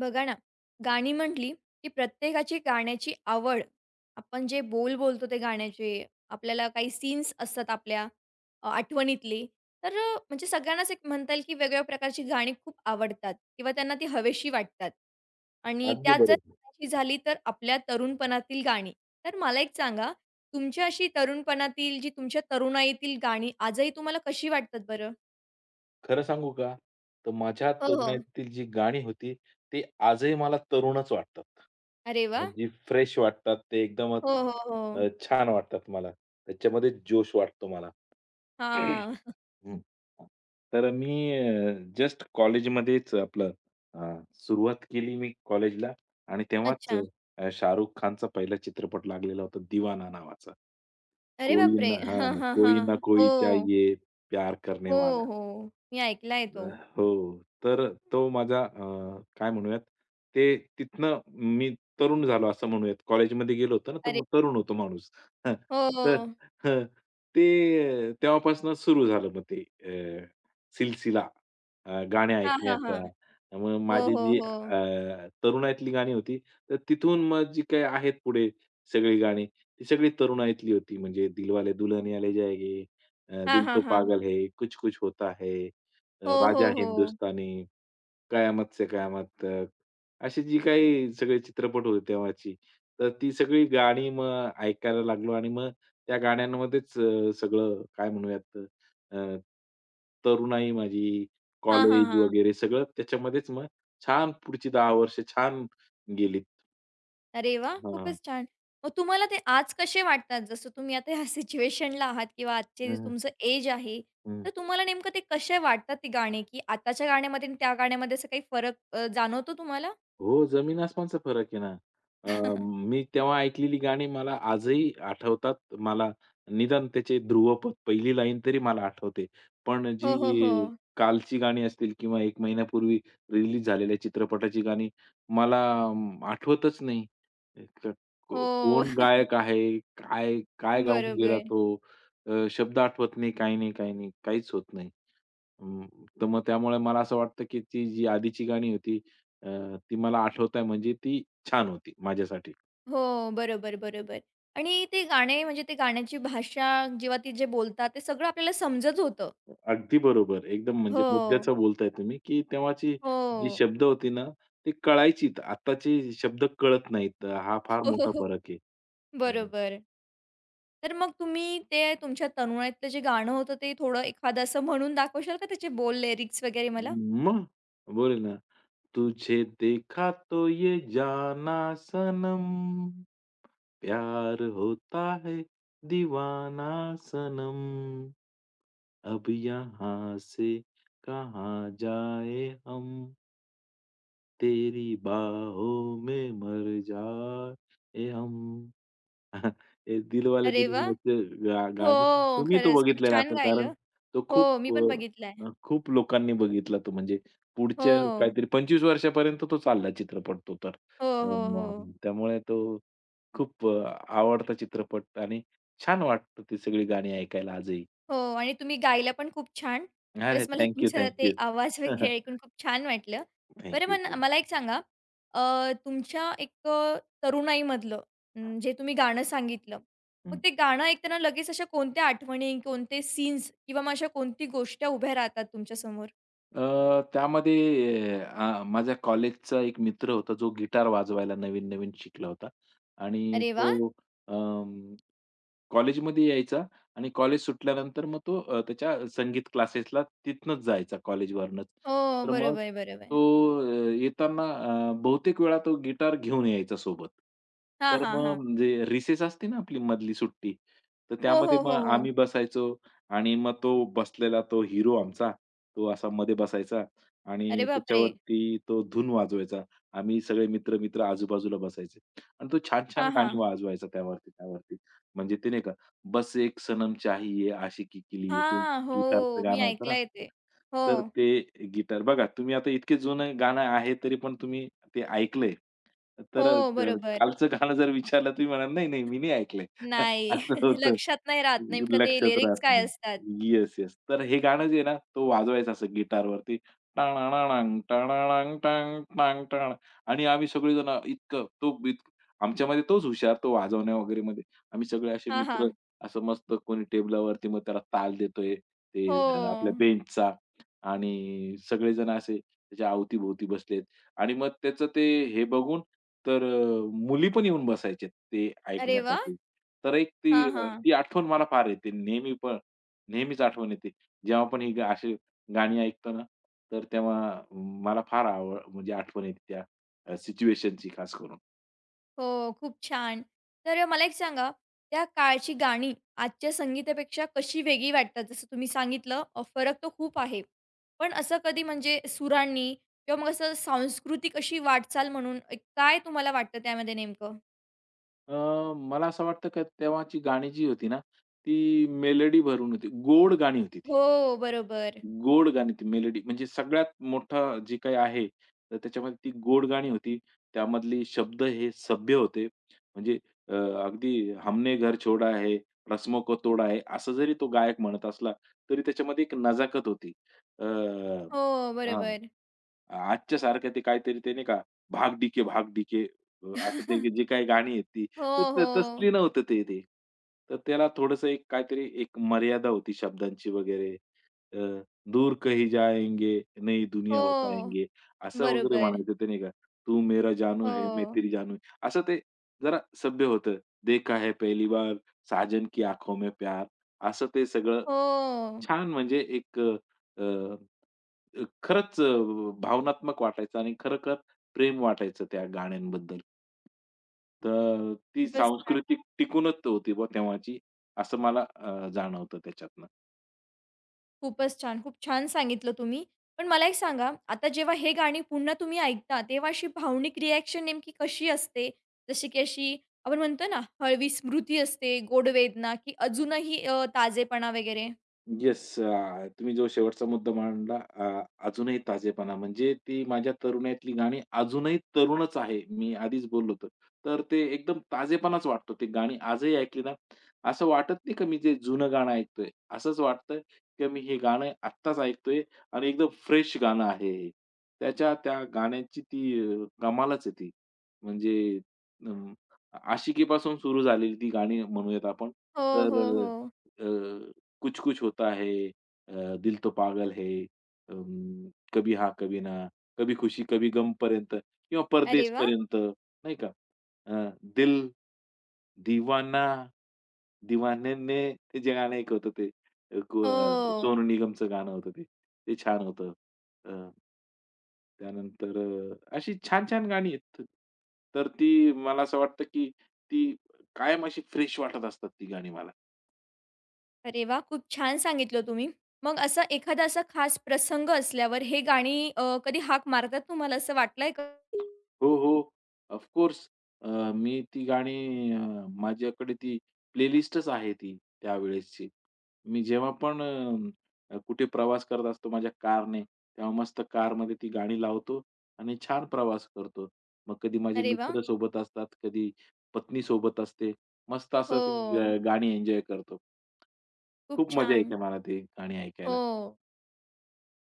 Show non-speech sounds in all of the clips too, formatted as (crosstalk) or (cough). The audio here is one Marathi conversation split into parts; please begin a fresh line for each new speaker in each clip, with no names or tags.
बघा ना, गाणी म्हटली, की प्रत्येकाची गाण्याची आवड, आपण जे बोलतो ते गाण्याचे, आपल्याला काही सीन्स असतात आपल्या आठवणीतली, तर म्हणजे सगळ्यांनाच एक म्हणता येईल, की वेगवेगळ्या प्रकारची गाणी खूप आवडतात किंवा त्यांना ती हवेशी वाटतात. आणि
अगदी
त्यात जर
बरोबर.
सांगायची झाली तर आपल्या तरुणपणातील गाणी. तर मला एक सांगा, तुमच्या अशी तरुणपणातील, जी तुमच्या तरुणाईतील गाणी आजही तुम्हाला कशी वाटतात बरं?
खरं सांगू का? तर माझ्या
हो, हो.
तरुणाईतील जी गाणी होती, ती आजही मला तरुणच वाटतात.
अरे वाह!
म्हणजे फ्रेश वाटतात. ते एकदमच
हो, हो,
अ,
हो.
छान वाटतात मला. त्याच्यामध्ये जोश वाटतो मला.
हां.
हं. तर मी जस्ट कॉलेजमध्येच आपलं अ, सुरुवात केली मी कॉलेजला आणि तेव्हाच
अच्छा.
अ, शाहरुख खानचा पहिला चित्रपट लागलेला होता, दीवाना नावाचा.
अरे
कोई
बापरे!
ना
हां,
हां,
हां,
कोई ना
हां. हो,
कोई चाहिये प्यार
हो,
करनेवाला.
हो. मी ऐकलाय तो.
हो. तर तो माझा काय म्हणूयात ते तिथनं मी तरुण झालो असं म्हणूयात. कॉलेजमध्ये गेलो होतो ना, तर
अरे
मग तरुण होतो माणूस. हं.
हो,
तर
हो.
हं. ते तेव्हापासून सुरू झालं मग ते सिलसिला गाणे
हां, हां, हां.
ऐकण्याचा. मग
हो,
माझी
हो,
जी
हो.
अ, तरुणाईतली गाणी होती, तर तिथून मग जी काही आहेत पुढे सगळी गाणी, ती सगळी तरुणाईतली होती. म्हणजे दिलवाले दुल्हनिया ले जाएंगे,
हां,
दिल
हां,
तो
हां.
पागल है, कुछ कुछ होता है.
हो,
राजा
हो, हो.
हिंदुस्तानी, कयामत से कयामत तक, अशी जी काही सगळे चित्रपट होते तेव्हाची, तर ती सगळी गाणी मग ऐकायला लागलो आणि मग त्या गाण्यांमध्येच सगळं काय म्हणूयात अ, तरुणाई माझी,
हां, हां,
कॉलेज
हां.
वगैरे सगळं त्याच्यामध्येच मग छान पुढची 10 वर्ष छान गेलीत.
अरे वाह!
हां.
खूपच छान. मग तुम्हाला ते आज कसे वाटतात? जसं तुम्ही आता ह्या सिच्युएशनला आहात किंवा आजचे जे
हं,
तुमचं एज आहे,
हं.
तर तुम्हाला नेमकं ते कसे वाटतात ती गाणी? की आताच्या गाण्यामध्ये आणि त्या गाण्यामध्ये असा काही फरक जाणवतो तुम्हाला?
हो, जमीन-आसमानचा फरक आहे ना. अ,
(laughs)
मी तेव्हा ऐकलेली गाणी मला आजही आठवतात. मला निदान त्याचे ध्रुवपद पहिली लाईन तरी मला आठवते. पण
हो,
जी
हो, हो.
कालची गाणी असतील किंवा एक महिन्यापूर्वी रिलीज झालेल्या चित्रपटाची गाणी मला आठवतच नाही. क को
हो.
कोण गायक आहे? काय काय गाऊन गेला
बरोबर.
तो? शब्द आठवत नाही, काही नाही, काही नाही. काहीच होत नाही. अं, तर मग त्यामुळे मला असं वाटतं की ती जी आधीची गाणी होती, ती मला आठवत आहे म्हणजे ती छान होती माझ्यासाठी.
हो, बरोबर, बरोबर. आणि ते गाणे म्हणजे ते गाण्याची भाषा जेव्हा ती जे बोलतात ते सगळं आपल्याला समजत होतं.
अगदी बरोबर. एकदम म्हणजे
हो.
मुद्द्याचं बोलताय तुम्ही, की तेव्हाची
हो.
जी शब्द होती ना, ती कळायचीत. आत्ताचे शब्द कळत नाहीत. हा फार मोठा
हो
फरक आहे.
(laughs)
अ,
बरोबर. तर मग तुम्ही ते तुमच्या तरुणाईतलं जे गाणं होतं ते थोडं एखादं असं म्हणून दाखवशाल का त्याचे बोल, लिरिक्स वगैरे मला?
मग बोलेल ना, तुझे देखा तो ये जाना सनम, प्यार होता है दीवाना सनम, अब यहाँ से कहाँ जाए हम. तेरी बाहों में मर जाए हम (laughs) हे दिलवाले
अरे वाह!
दुल्हनिया चे गाणं
हो,
तुम्ही तो
खरंच खूप
बघितलेला
छान
असेल कारण
गायलं.
तो
हो, मी पण बघितलाय.
खूप लोकांनी बघितला तो म्हणजे पुढच्या
हो.
काहीतरी 25 वर्षापर्यंत तो चालला चित्रपट तो तर.
हो, हो, हो.
त्यामुळे तो खूप आवडता चित्रपट आणि छान वाटतं ती सगळी गाणी ऐकायला आजही.
हो आणि तुम्ही गायला पण खूप छान.
अरे
खरंच मला
थँक यू,
तुमचा
थँक
ते आवाज (laughs) वगैरे ऐकून खूप छान वाटलं. बरं मग मला एक सांगा, अ, तुमच्या एक तरुणाईमधलं जे तुम्ही गाणं सांगितलं, मग ते
(laughs)
गाणं ऐकताना लगेच अशा कोणत्या आठवणी, कोणते सीन्स किंवा मग अशा कोणती गोष्ट उभ्या राहतात तुमच्यासमोर?
त्यामध्ये माझ्या कॉलेजचा एक मित्र होता, जो गिटार वाजवायला नवीन-नवीन शिकला होता आणि
अरे वाह!
तो अं, कॉलेजमध्ये यायचा आणि कॉलेज सुटल्यानंतर मग तो त्याच्या संगीत क्लासेसला तिथनंच जायचा कॉलेजवरनंच.
हो,
तर मग
बरोबर, बरोबर.
तो येताना बहुतेक वेळा तो गिटार घेऊन यायचा सोबत.
हां,
तर
हां,
मग
हां.
म्हणजे रिसेस असते ना आपली मधली सुट्टी, तर
हो,
त्यामध्ये
हो,
मग
हो, हो.
आम्ही बसायचो आणि मग तो बसलेला तो हिरो आमचा, तो असा मध्ये बसायचा
अरे
आणि
बापरे!
त्याच्यावरती तो धून वाजवायचा. आम्ही सगळे मित्र-मित्र आजूबाजूला बसायचे आणि तो छान-छान
हां,
गाणी
हां.
वाजवायचा त्यावरती. म्हणजे ते नाही का, "बस एक सनम चाहिये, आशिकी के लिए" ते
हां, हो.
गिटारचं
मी
गाणं होतं ना.
ऐकलंय ते. हो.
तर ते गिटार बघा तुम्ही आता इतके जुनं गाणं आहे, तरी पण तुम्ही ते ऐकलंय.
हो,
तर
बरोबर.
कालचं गाणं जर विचारलं तुम्ही म्हणाल, "नाही, नाही, मी नाही ऐकलंय." (laughs)
नाही.
असं
(laughs)
होतं.
लक्षात नाही राहत नेमकं ते
लक्षात
लिरिक्स
राहत
काय
नाही.
असतात.
Yes, yes. तर हे गाणं जे आहे ना, तो वाजवायचा असं गिटारवरती टाणाणाणांग, टाणाणांग, टांग, टांग, टांग आणि आम्ही सगळेजण इतकं तो इत आमच्यामध्ये तोच हुशार, तो वाजवण्या वगैरे आम्ही सगळे असे
हां,
मित्र
हां.
असं मस्त कोणी टेबलावरती मग त्याला ताल देतोय, ते आपल्या
हो.
बेंचचा आणि सगळेजण असे त्याच्या अवती-भोवती बसलेत आणि मग त्याचं ते हे बघून तर मुली पण येऊन बसायच्या ते
अरे वा,
ऐकण्यासाठी. तर एक ती
हां,
अ,
हां.
ती आठवण मला फार येते. नेहमी पण नेहमीच आठवण येते. जेव्हा पण अशी गाणी ऐकतो ना, तर तेव्हा मला फार आवड म्हणजे आठवण येते त्या सिच्युएशनची खास करून.
हो, खूप छान. तर मला एक सांगा, त्या काळची गाणी आजच्या संगीतापेक्षा कशी वेगळी वाटतात? जसं तुम्ही सांगितलं फरक तो खूप आहे. पण असं कधी म्हणजे सुरांनी किंवा मग असं सांस्कृतिक अशी वाटचाल म्हणून एक काय तुम्हाला वाटतं त्यामध्ये नेमकं?
अ, मला असं वाटतं का तेव्हाची गाणी जी होती ना, ती मेलडी भरून होती. गोड गाणी होती ती.
हो, बरोबर.
गोड गाणी ती मेलडी म्हणजे सगळ्यात मोठं जे काही आहे, तर त्याच्यामध्ये ती गोड गाणी होती. त्यामधले शब्द हे सभ्य होते. म्हणजे अ, अगदी हमने घर छोडा है, रस्मों को तोडा है, असं जरी तो गायक म्हणत असला, तरी त्याच्यामध्ये एक नजाकत होती. अ,
हो,
हां.
बरोबर.
आजच्या सारखं ते काहीतरी ते नाही का, भाग डीके भाग डीके आता ते जे
(laughs)
काही गाणी आहेत ती,
हो,
तर
हो.
तसली नव्हतं ते ते. तर त्याला थोडंसं एक काहीतरी एक मर्यादा होती शब्दांची वगैरे. अ, दूर कहीं जाएंगे, नई दुनिया
हो,
बताएंगे, असं वगैरे
बरोबर.
म्हणायचं ते नाही का. तू मेरा जानू है, मैं
हो.
तेरी जानू हूँ. असं ते जरा सभ्य होतं. देखा है पहली बार, साजन की आँखों में प्यार. असं ते सगळं
हो.
छान म्हणजे एक अ, अ, खरंच अ, भावनात्मक वाटायचं आणि खरं प्रेम वाटायचं त्या गाण्यांबद्दल. तर ती हं.
खूपच छान,
सांस्कृतिक टिकूनच होती बुवा तेव्हाची, असं मला जाणवतं त्याच्यातनं.
खूपच छान. खूप छान सांगितलं तुम्ही. पण मला एक सांगा, आता जेव्हा हे गाणी पुन्हा तुम्ही ऐकता, तेव्हा अशी भावनिक रिएक्शन नेमकी कशी असते? जशी की अशी आपण म्हणतो ना, हळवी स्मृती असते, गोड वेदना की अजूनही ताजेपणा वगैरे?
येस. तुम्ही जो शेवटचा मुद्दा मांडला, अजूनही ताजेपणा म्हणजे ती माझ्या तरुणाईतली गाणी अजूनही तरुणच आहे. मी आधीच बोललो होतो. तर ते एकदम ताजेपणाच वाटतो. ते गाणी आजही ऐकली ना, असं वाटत नाही का मी जे जुनं गाणं ऐकतोय. असंच वाटतं की मी हे गाणं आत्ताच ऐकतोय आणि एकदम फ्रेश गाणं आहे हे. त्याच्या त्या गाण्याची ती कमालच आहे ती. म्हणजे अं, आशिकीपासून सुरू झालेली ती गाणी म्हणूयात आपण.
हो, हो, हो.
तर अ कुछ कुछ होता है, दिल तो पागल है, कभी हा कभी ना, कभी खुशी कभी गमपर्यंत किंवा
अरे वाह!
परदेसपर्यंत नाही का? दिल दिवाना, दिवान्याने ते जे गाणं एक होतं ते
हो.
सोनू निगमचं गाणं होतं ते. ते छान होतं. अ, त्यानंतर अशी छान-छान गाणी आहेत. तर ती मला असं वाटतं, की ती कायम अशी फ्रेश वाटत असतात ती गाणी मला.
अरे वाह! खूप छान सांगितलं तुम्ही. मग असा एखादा असा खास प्रसंग असल्यावर हे गाणी कधी हाक मारतात तुम्हाला असं वाटलंय का?
हो, हो. Of course. अ, मी ती गाणी अ, माझ्याकडे ती प्लेलिस्टच आहे ती त्यावेळेसची. मी जेव्हा पण कुठे प्रवास करत असतो माझ्या कारने, तेव्हा मस्त कारमध्ये ती गाणी लावतो आणि छान प्रवास करतो. मग कधी माझे
अरे वाह!
मित्र सोबत असतात, कधी पत्नी सोबत असते. मस्त
हो.
असं ती गाणी एन्जॉय करतो.
खूप
खूप मजा
छान.
येते मला ती गाणी ऐकायला.
हो.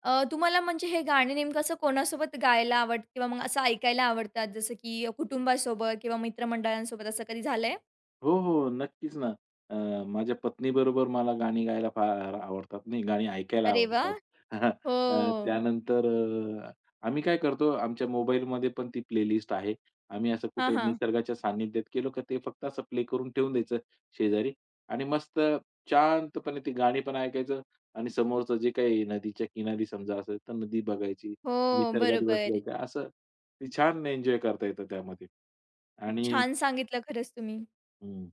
तुम्हाला म्हणजे हे गाणे नेमकं असं कोणासोबत गायला आवडतं किंवा मग असं ऐकायला आवडतात? जसं की कुटुंबासोबत किंवा मित्रमंडळांसोबत असं कधी झालंय?
हो, हो. नक्कीच ना. अ, माझ्या पत्नीबरोबर मला गाणी गायला फार आवडतात. नाही, गाणी ऐकायला
अरे वाह!
आवडतात. (laughs)
हो.
त्यानंतर अ, आम्ही काय करतो, आमच्या मोबाईलमध्ये पण ती प्लेलिस्ट आहे. आम्ही असं
हां,
कुठे
हां.
निसर्गाच्या सान्निध्यात गेलो का ते फक्त असं प्ले करून ठेवून द्यायचं शेजारी आणि मस्त शांतपणे ती गाणी पण ऐकायचं आणि समोरचं जे काही नदीच्या किनारी समजा असेल, तर नदी बघायची.
हो,
निसर्गात
बरोबर.
बसलोय का असं ते छान एन्जॉय करता येतं त्यामध्ये
खूप
आणि
छान सांगितलं खरंच तुम्ही.
हं.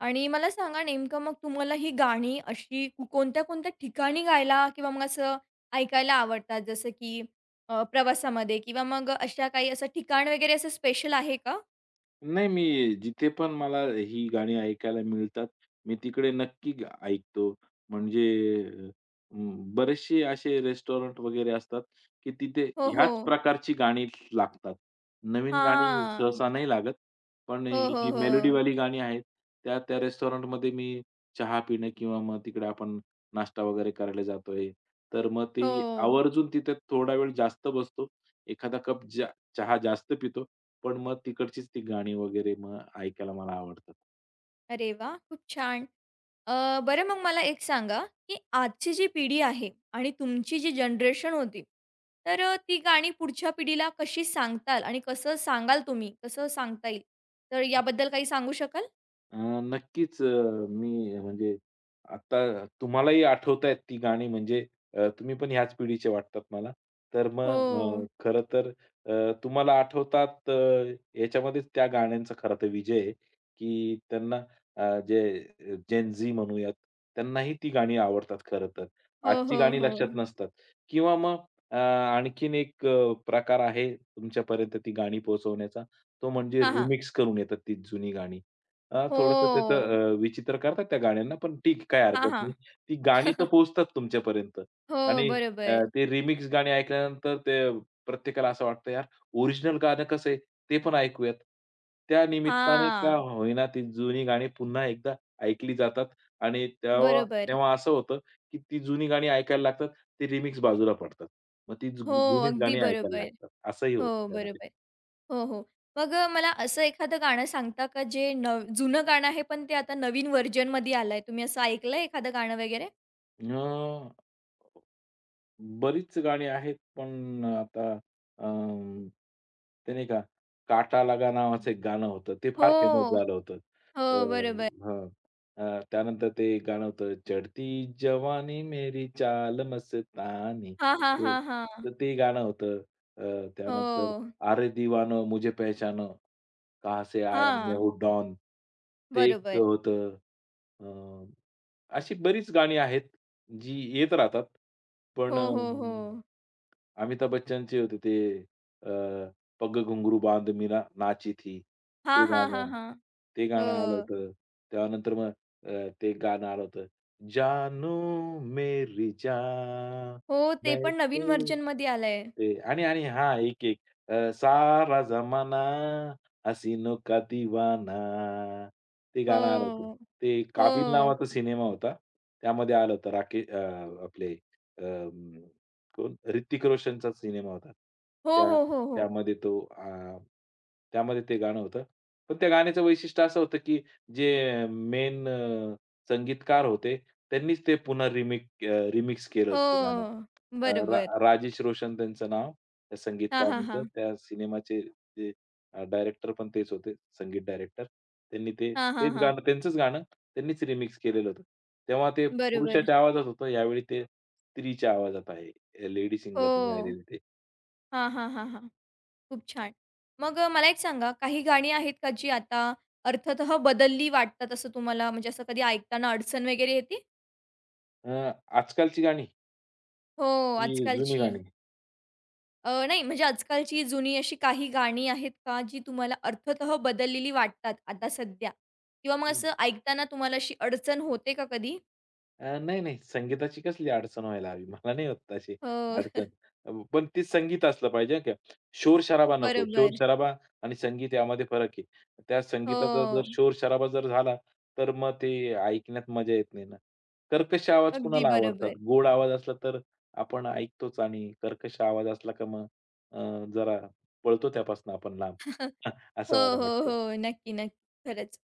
आणि मला सांगा नेमकं मग तुम्हाला ही गाणी अशी कोणत्या-कोणत्या ठिकाणी गायला किंवा मग असं ऐकायला आवडतात? जसं की प्रवासामध्ये किंवा मग अशा काही असं ठिकाण वगैरे असं स्पेशल आहे का?
नाही, मी जिथे पण मला ही गाणी ऐकायला मिळतात, मी तिकडे नक्की ऐकतो. म्हणजे अ, बरेचसे असे रेस्टॉरंट वगैरे असतात, की तिथे
हो,
ह्याच
हो.
प्रकारची गाणी लागतात. नवीन गाणी
हां.
सहसा नाही लागत, पण
हो,
ही
हो,
जी
हो.
मेलोडीवाली गाणी आहेत, त्या त्या रेस्टॉरंटमध्ये मी चहा पिणं किंवा मग तिकडे आपण नाश्ता वगैरे करायला जातोय, तर मग ते
हो.
आवर्जून तिथे थोडा वेळ जास्त बसतो. एखादा कप चहा जास्त पितो पण मग तिकडचीच ती गाणी वगैरे मग ऐकायला मला आवडतात.
अरे वाह! खूप छान. बरं मग मला एक सांगा, की आजची जी पिढी आहे आणि तुमची जी जनरेशन होती, तर ती गाणी पुढच्या पिढीला कशी सांगताल आणि कसं सांगाल तुम्ही? कसं सांगता येईल? तर याबद्दल काही सांगू शकाल?
अ, नक्कीच मी म्हणजे आता तुम्हालाही आठवतायत ती गाणी म्हणजे तुम्ही पण ह्याच पिढीचे वाटतात मला. तर
हो.
मग अ, तर तुम्हाला आठवतात, याच्यामध्येच त्या गाण्यांचा खरा तर विजय आहे, की त्यांना जे जेन झी म्हणूयात, त्यांनाही ती गाणी आवडतात खरं तर.
हो,
आजची
हो,
गाणी
हो.
लक्षात नसतात किंवा मग आणखीन एक प्रकार आहे तुमच्यापर्यंत ती गाणी पोहोचवण्याचा, तो म्हणजे
हां, हां.
रिमिक्स करून येतात ती जुनी गाणी. थोडंसं
हो.
त्याचं विचित्र करतात त्या गाण्यांना, पण ठीक काही
हां,
हरकत नाही.
हां.
ती गाणी तर पोहोचतात तुमच्यापर्यंत
हो,
आणि
बरोबर.
ते रिमिक्स गाणी ऐकल्यानंतर ते प्रत्येकाला असं वाटतं, "यार, ओरिजिनल गाणं कसं आहे, ते पण ऐकूयात." त्या निमित्ताने का
हां.
होईना ती जुनी गाणी पुन्हा एकदा ऐकली जातात आणि तेव्हा
बरोबर.
तेव्हा असं होतं, की ती जुनी गाणी ऐकायला लागतात, ती रिमिक्स बाजूला पडतात. मग ती
हो,
जुनीच
अगदी
गाणी ऐकायला
बरोबर.
लागतात. असंही
हो,
होतं त्यामध्ये.
बरोबर. हो, हो. मग मला असं एखादं गाणं सांगता का जे जुनं गाणं आहे, पण ते आता नवीन व्हर्जनमध्ये आलंय? तुम्ही असं ऐकलंय एखादं गाणं वगैरे?
अ, बरीच गाणी आहेत, पण आता अं, ते नाही का, "काटा लगा" नावाचं एक गाणं होतं. ते फार फेमस
हो.
झालं होतं.
हो, बरोबर.
हां. त्यानंतर ते एक गाणं होतं, "चढती जवानी मेरी चाल मस्तानी."
हां, हां, हां, हां.
ते गाणं होतं.
हो.
त्यानंतर "अरे दिवानो मुझे पहचानो, कहाँ से आया मैं
हां,
हूँ डॉन." ते एक
बरोबर.
होतं. अ अशी बरीच गाणी आहेत, जी येत राहतात.
हो,
पण
हो, हो.
अमिताभ बच्चनची होती ते अ, पग घुंगरू बांध मीना नाची थी. ते
हां, हां, हां,
गाणं
हां.
ते गाणं आलं
हो.
होतं. त्यानंतर मग ते गाणं आलं होतं. जानू मेरी जान
हो, ते
मैं
पण नवीन
तेरे
व्हर्जनमध्ये आलंय.
ते आणि आणि हां, एक-एक सारा जमाना हसीनो का दिवाना ते गाणं आलं होतं.
हो.
ते काबील
हो.
नावाचा सिनेमा होता. त्यामध्ये आलं होतं आपले कोण? ऋतिक रोशनचाच सिनेमा होता.
हो,
त्या
हो, हो, हो.
त्यामध्ये तो त्यामध्ये ते गाणं होतं. पण त्या गाण्याचं वैशिष्ट्य असं होतं, की जे मेन संगीतकार होते, त्यांनीच ते पुन्हा रिमिक्स केलं ते गाणं.
हो.
अ, रा
बरोबर.
राजेश रोशन त्यांचं नाव, त्या
हां, हां,
संगीतकारांचं.
हां.
त्या सिनेमाचे ते डायरेक्टर पण तेच होते, संगीत डायरेक्टर. त्यांनी ते
हां, हां,
तेच
हां.
गाणं त्यांनीच रिमिक्स केलेलं होतं. तेव्हा ते
बरोबर.
पुरुषाच्या आवाजात होतं, यावेळी ते स्त्रीच्या आवाजात आहे. लेडी
हो.
सिंगरनी गायलेली ते.
हां, हां, हां, हां. खूप छान. मग मला एक सांगा, काही गाणी आहेत का जी आता अर्थतः बदलली वाटतात असं तुम्हाला? म्हणजे असं कधी ऐकताना अडचण वगैरे येते?
अ, आजकालची गाणी,
हो,
ही जुनी
आजकालची.
गाणी.
नाही म्हणजे आजकालची जुनी अशी काही गाणी आहेत का, जी तुम्हाला अर्थतः बदललेली वाटतात आता सध्या? किंवा मग असं ऐकताना तुम्हाला अशी अडचण होते का कधी?
नाही, नाही संगीताची कसली अडचण व्हायला हवी. मला नाही होत तशी
हो,
अडचण.
(laughs)
पण ते संगीत असलं पाहिजे हं का. शोर-शराबा नको.
बरोबर.
शोर-शराबा आणि संगीत यामध्ये फरक आहे. त्या संगीताचा जर
हो,
शोर-शराबा जर झाला, तर मग ते ऐकण्यात मजा येत नाही ना. कर्कश आवाज
अगदी
कुणाला आवडतात.
बरोबर.
गोड आवाज असला तर आपण ऐकतोच आणि कर्कश आवाज असला का मग अ, जरा पळतो त्यापासून आपण लांब.
(laughs)
(laughs)
हो,
असं मला
हो,
वाटतं.
हो. नक्की, नक्की. खरंच.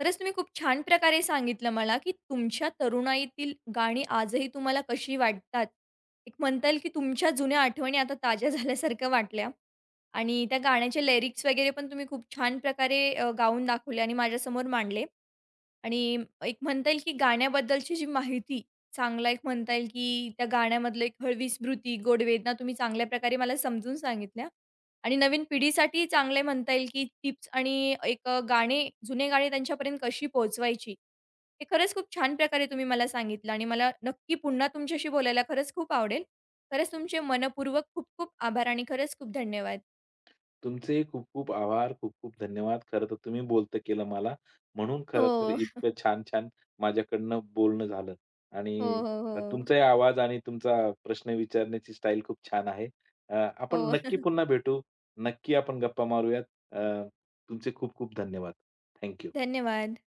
खरंच तुम्ही खूप छान प्रकारे सांगितलं मला, की तुमच्या तरुणाईतील गाणी आजही तुम्हाला कशी वाटतात. एक म्हणता येईल, की तुमच्या जुन्या आठवणी आता ताज्या (laughs) झाल्यासारख्या वाटल्या आणि त्या गाण्याचे लिरिक्स वगैरे पण तुम्ही खूप छान प्रकारे गाऊन दाखवले आणि माझ्यासमोर मांडले. आणि एक म्हणता येईल की गाण्याबद्दलची जी माहिती चांगला एक म्हणता येईल की त्या गाण्यामधलं एक हळवी स्मृती, गोड वेदना तुम्ही चांगल्या प्रकारे मला समजून सांगितल्या आणि नवीन पिढीसाठी चांगले म्हणता येईल की टिप्स आणि एक गाणे जुने गाणी त्यांच्यापर्यंत कशी पोहोचवायची, हे खरंच खूप छान प्रकारे तुम्ही मला सांगितलं आणि मला नक्की पुन्हा तुमच्याशी बोलायला खरंच खूप आवडेल. खरंच तुमचे मनःपूर्वक खूप-खूप आभार आणि खरंच खूप धन्यवाद.
तुमचे खूप-खूप आभार, खूप-खूप धन्यवाद. खरं तर तुम्ही बोलतं केलं मला, म्हणून खरं तर
हो,
इतकं छान-छान माझ्याकडनं बोलणं झालं
हो,
आणि
हो, हो.
तुमचाही आवाज आणि तुमचा प्रश्न विचारण्याची स्टाईल खूप छान आहे. आपण
हो.
नक्की
(laughs)
पुन्हा भेटू. नक्की आपण गप्पा मारूयात. अ, तुमचे खूप-खूप धन्यवाद. थँक
धन्यवाद.